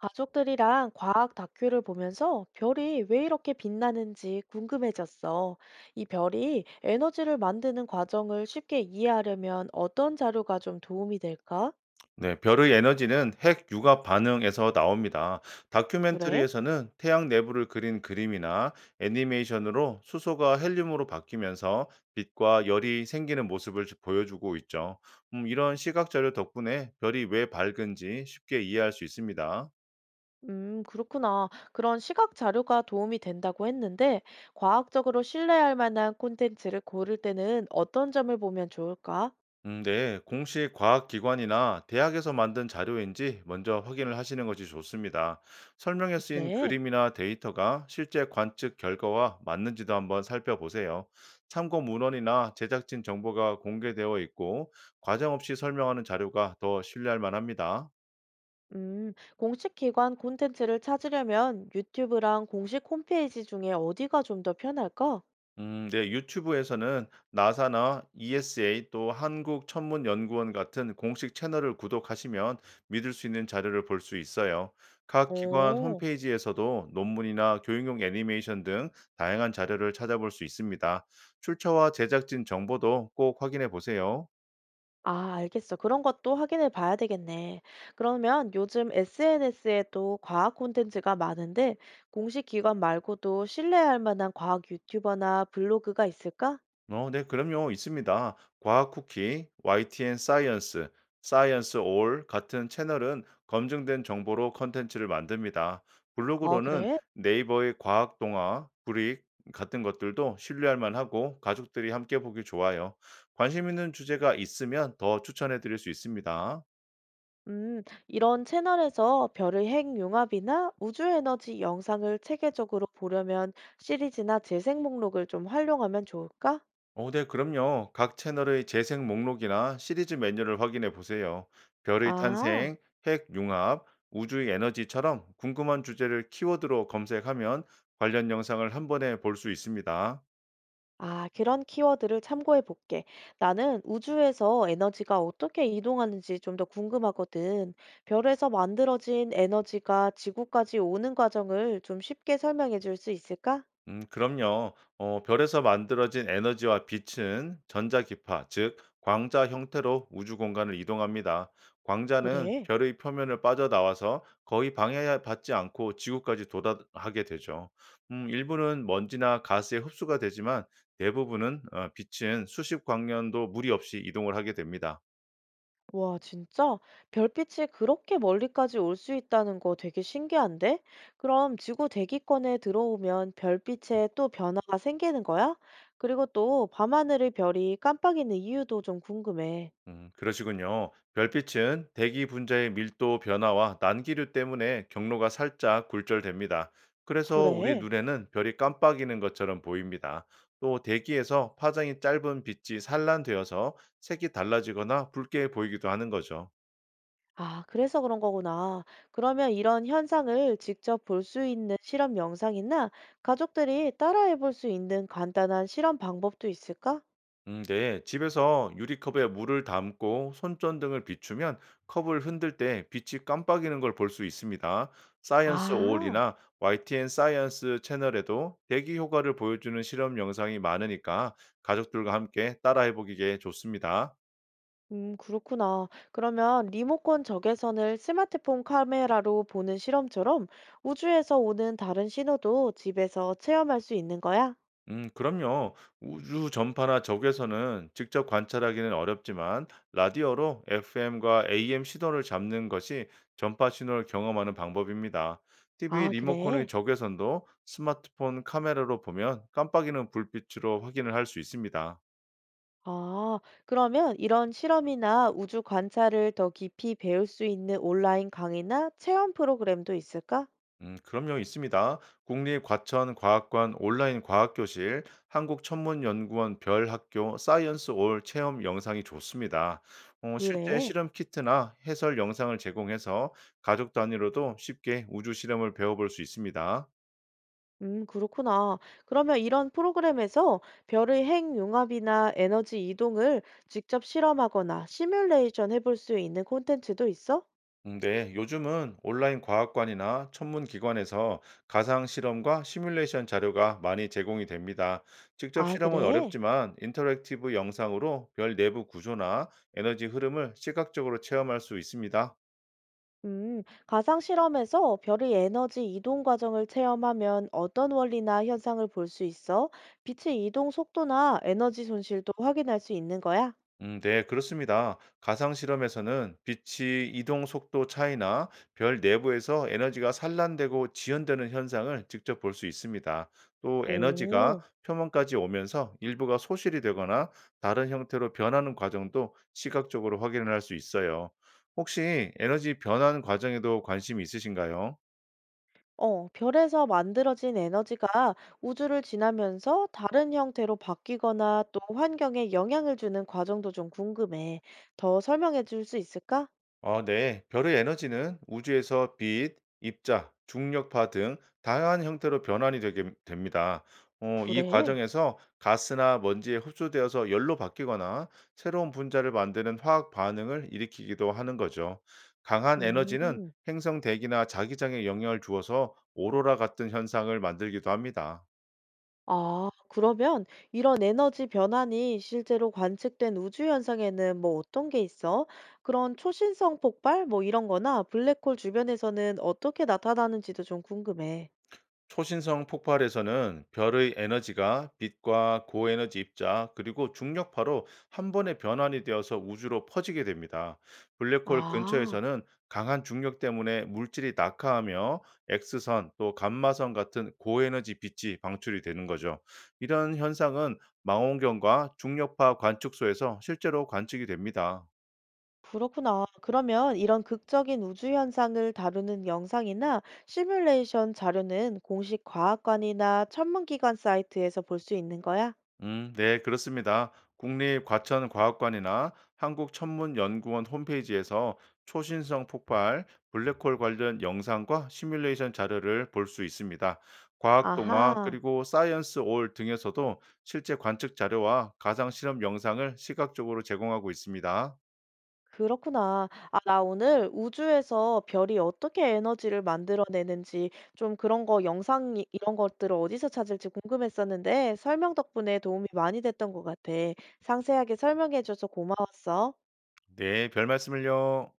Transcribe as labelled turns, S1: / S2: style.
S1: 가족들이랑 과학 다큐를 보면서 별이 왜 이렇게 빛나는지 궁금해졌어. 이 별이 에너지를 만드는 과정을 쉽게 이해하려면 어떤 자료가 좀 도움이 될까?
S2: 네, 별의 에너지는 핵 융합 반응에서 나옵니다.
S1: 그래?
S2: 다큐멘터리에서는 태양 내부를 그린 그림이나 애니메이션으로 수소가 헬륨으로 바뀌면서 빛과 열이 생기는 모습을 보여주고 있죠. 이런 시각 자료 덕분에 별이 왜 밝은지 쉽게 이해할 수 있습니다.
S1: 그렇구나. 그런 시각 자료가 도움이 된다고 했는데, 과학적으로 신뢰할 만한 콘텐츠를 고를 때는 어떤 점을 보면 좋을까?
S2: 네, 공식 과학기관이나 대학에서 만든 자료인지 먼저 확인을 하시는 것이 좋습니다. 설명에 쓰인
S1: 그래.
S2: 그림이나 데이터가 실제 관측 결과와 맞는지도 한번 살펴보세요. 참고 문헌이나 제작진 정보가 공개되어 있고, 과정 없이 설명하는 자료가 더 신뢰할 만합니다.
S1: 공식 기관 콘텐츠를 찾으려면 유튜브랑 공식 홈페이지 중에 어디가 좀 더 편할까?
S2: 네, 유튜브에서는 나사나 ESA 또 한국천문연구원 같은 공식 채널을 구독하시면 믿을 수 있는 자료를 볼 수 있어요. 각 기관
S1: 오,
S2: 홈페이지에서도 논문이나 교육용 애니메이션 등 다양한 자료를 찾아볼 수 있습니다. 출처와 제작진 정보도 꼭 확인해 보세요.
S1: 아 알겠어. 그런 것도 확인해 봐야 되겠네. 그러면 요즘 SNS에도 과학 콘텐츠가 많은데 공식 기관 말고도 신뢰할 만한 과학 유튜버나 블로그가 있을까?
S2: 네, 그럼요. 있습니다. 과학 쿠키, YTN 사이언스, 사이언스 올 같은 채널은 검증된 정보로 컨텐츠를 만듭니다.
S1: 아
S2: 블로그로는
S1: 그래?
S2: 네이버의 과학 동화, 구릭 같은 것들도 신뢰할 만하고 가족들이 함께 보기 좋아요. 관심 있는 주제가 있으면 더 추천해 드릴 수 있습니다.
S1: 이런 채널에서 별의 핵융합이나 우주 에너지 영상을 체계적으로 보려면 시리즈나 재생 목록을 좀 활용하면 좋을까?
S2: 네, 그럼요. 각 채널의 재생 목록이나 시리즈 메뉴를 확인해 보세요. 별의
S1: 아.
S2: 탄생, 핵 융합, 우주의 에너지처럼 궁금한 주제를 키워드로 검색하면 관련 영상을 한 번에 볼 수 있습니다.
S1: 아, 그런 키워드를 참고해 볼게. 나는 우주에서 에너지가 어떻게 이동하는지 좀 더 궁금하거든. 별에서 만들어진 에너지가 지구까지 오는 과정을 좀 쉽게 설명해 줄 수 있을까?
S2: 그럼요. 별에서 만들어진 에너지와 빛은 전자기파, 즉, 광자 형태로 우주 공간을 이동합니다. 광자는
S1: 그래.
S2: 별의 표면을 빠져나와서 거의 방해받지 않고 지구까지 도달하게 되죠. 일부는 먼지나 가스에 흡수가 되지만 대부분은 빛은 수십 광년도 무리 없이 이동을 하게 됩니다.
S1: 와, 진짜? 별빛이 그렇게 멀리까지 올 수 있다는 거 되게 신기한데? 그럼 지구 대기권에 들어오면 별빛에 또 변화가 생기는 거야? 그리고 또 밤하늘의 별이 깜빡이는 이유도 좀 궁금해.
S2: 그러시군요. 별빛은 대기 분자의 밀도 변화와 난기류 때문에 경로가 살짝 굴절됩니다. 그래서 우리
S1: 그래.
S2: 눈에는 별이 깜빡이는 것처럼 보입니다. 또 대기에서 파장이 짧은 빛이 산란되어서 색이 달라지거나 붉게 보이기도 하는 거죠.
S1: 아, 그래서 그런 거구나. 그러면 이런 현상을 직접 볼 수 있는 실험 영상이나 가족들이 따라해 볼 수 있는 간단한 실험 방법도 있을까?
S2: 네. 집에서 유리컵에 물을 담고 손전등을 비추면 컵을 흔들 때 빛이 깜빡이는 걸 볼 수 있습니다. 사이언스
S1: 아,
S2: 올이나 YTN 사이언스 채널에도 대기 효과를 보여주는 실험 영상이 많으니까 가족들과 함께 따라해보기에 좋습니다.
S1: 그렇구나. 그러면 리모컨 적외선을 스마트폰 카메라로 보는 실험처럼 우주에서 오는 다른 신호도 집에서 체험할 수 있는 거야?
S2: 그럼요. 우주 전파나 적외선은 직접 관찰하기는 어렵지만 라디오로 FM과 AM 신호를 잡는 것이 전파 신호를 경험하는 방법입니다. TV
S1: 아,
S2: 리모컨의
S1: 그래.
S2: 적외선도 스마트폰 카메라로 보면 깜빡이는 불빛으로 확인을 할 수 있습니다.
S1: 아, 그러면 이런 실험이나 우주 관찰을 더 깊이 배울 수 있는 온라인 강의나 체험 프로그램도 있을까?
S2: 그럼요, 있습니다. 국립과천과학관 온라인 과학교실, 한국천문연구원 별학교 사이언스 올 체험 영상이 좋습니다. 실제
S1: 그래.
S2: 실험 키트나 해설 영상을 제공해서 가족 단위로도 쉽게 우주 실험을 배워볼 수 있습니다.
S1: 그렇구나. 그러면 이런 프로그램에서 별의 핵 융합이나 에너지 이동을 직접 실험하거나 시뮬레이션 해볼 수 있는 콘텐츠도 있어?
S2: 네, 요즘은 온라인 과학관이나 천문기관에서 가상 실험과 시뮬레이션 자료가 많이 제공이 됩니다. 직접
S1: 아,
S2: 실험은
S1: 그래?
S2: 어렵지만 인터랙티브 영상으로 별 내부 구조나 에너지 흐름을 시각적으로 체험할 수 있습니다.
S1: 가상 실험에서 별의 에너지 이동 과정을 체험하면 어떤 원리나 현상을 볼 수 있어? 빛의 이동 속도나 에너지 손실도 확인할 수 있는 거야?
S2: 네, 그렇습니다. 가상 실험에서는 빛이 이동 속도 차이나 별 내부에서 에너지가 산란되고 지연되는 현상을 직접 볼 수 있습니다. 또 에너지가
S1: 오.
S2: 표면까지 오면서 일부가 소실이 되거나 다른 형태로 변하는 과정도 시각적으로 확인을 할 수 있어요. 혹시 에너지 변환 과정에도 관심이 있으신가요?
S1: 어, 별에서 만들어진 에너지가 우주를 지나면서 다른 형태로 바뀌거나 또 환경에 영향을 주는 과정도 좀 궁금해. 더 설명해 줄 수 있을까?
S2: 아, 네. 별의 에너지는 우주에서 빛, 입자, 중력파 등 다양한 형태로 변환이 되게 됩니다. 이
S1: 그래.
S2: 과정에서 가스나 먼지에 흡수되어서 열로 바뀌거나 새로운 분자를 만드는 화학 반응을 일으키기도 하는 거죠. 강한 에너지는
S1: 음.
S2: 행성 대기나 자기장에 영향을 주어서 오로라 같은 현상을 만들기도 합니다.
S1: 아, 그러면 이런 에너지 변환이 실제로 관측된 우주 현상에는 뭐 어떤 게 있어? 그런 초신성 폭발 뭐 이런 거나 블랙홀 주변에서는 어떻게 나타나는지도 좀 궁금해.
S2: 초신성 폭발에서는 별의 에너지가 빛과 고에너지 입자 그리고 중력파로 한 번에 변환이 되어서 우주로 퍼지게 됩니다. 블랙홀
S1: 아.
S2: 근처에서는 강한 중력 때문에 물질이 낙하하며 X선 또 감마선 같은 고에너지 빛이 방출이 되는 거죠. 이런 현상은 망원경과 중력파 관측소에서 실제로 관측이 됩니다.
S1: 그렇구나. 그러면 이런 극적인 우주 현상을 다루는 영상이나 시뮬레이션 자료는 공식 과학관이나 천문기관 사이트에서 볼 수 있는 거야?
S2: 네, 그렇습니다. 국립과천과학관이나 한국천문연구원 홈페이지에서 초신성 폭발, 블랙홀 관련 영상과 시뮬레이션 자료를 볼 수 있습니다. 과학 동화
S1: 아하,
S2: 그리고 사이언스 올 등에서도 실제 관측 자료와 가상 실험 영상을 시각적으로 제공하고 있습니다.
S1: 그렇구나. 아, 나 오늘 우주에서 별이 어떻게 에너지를 만들어내는지 좀 그런 거 영상 이런 것들을 어디서 찾을지 궁금했었는데 설명 덕분에 도움이 많이 됐던 것 같아. 상세하게 설명해줘서 고마웠어.
S2: 네, 별 말씀을요.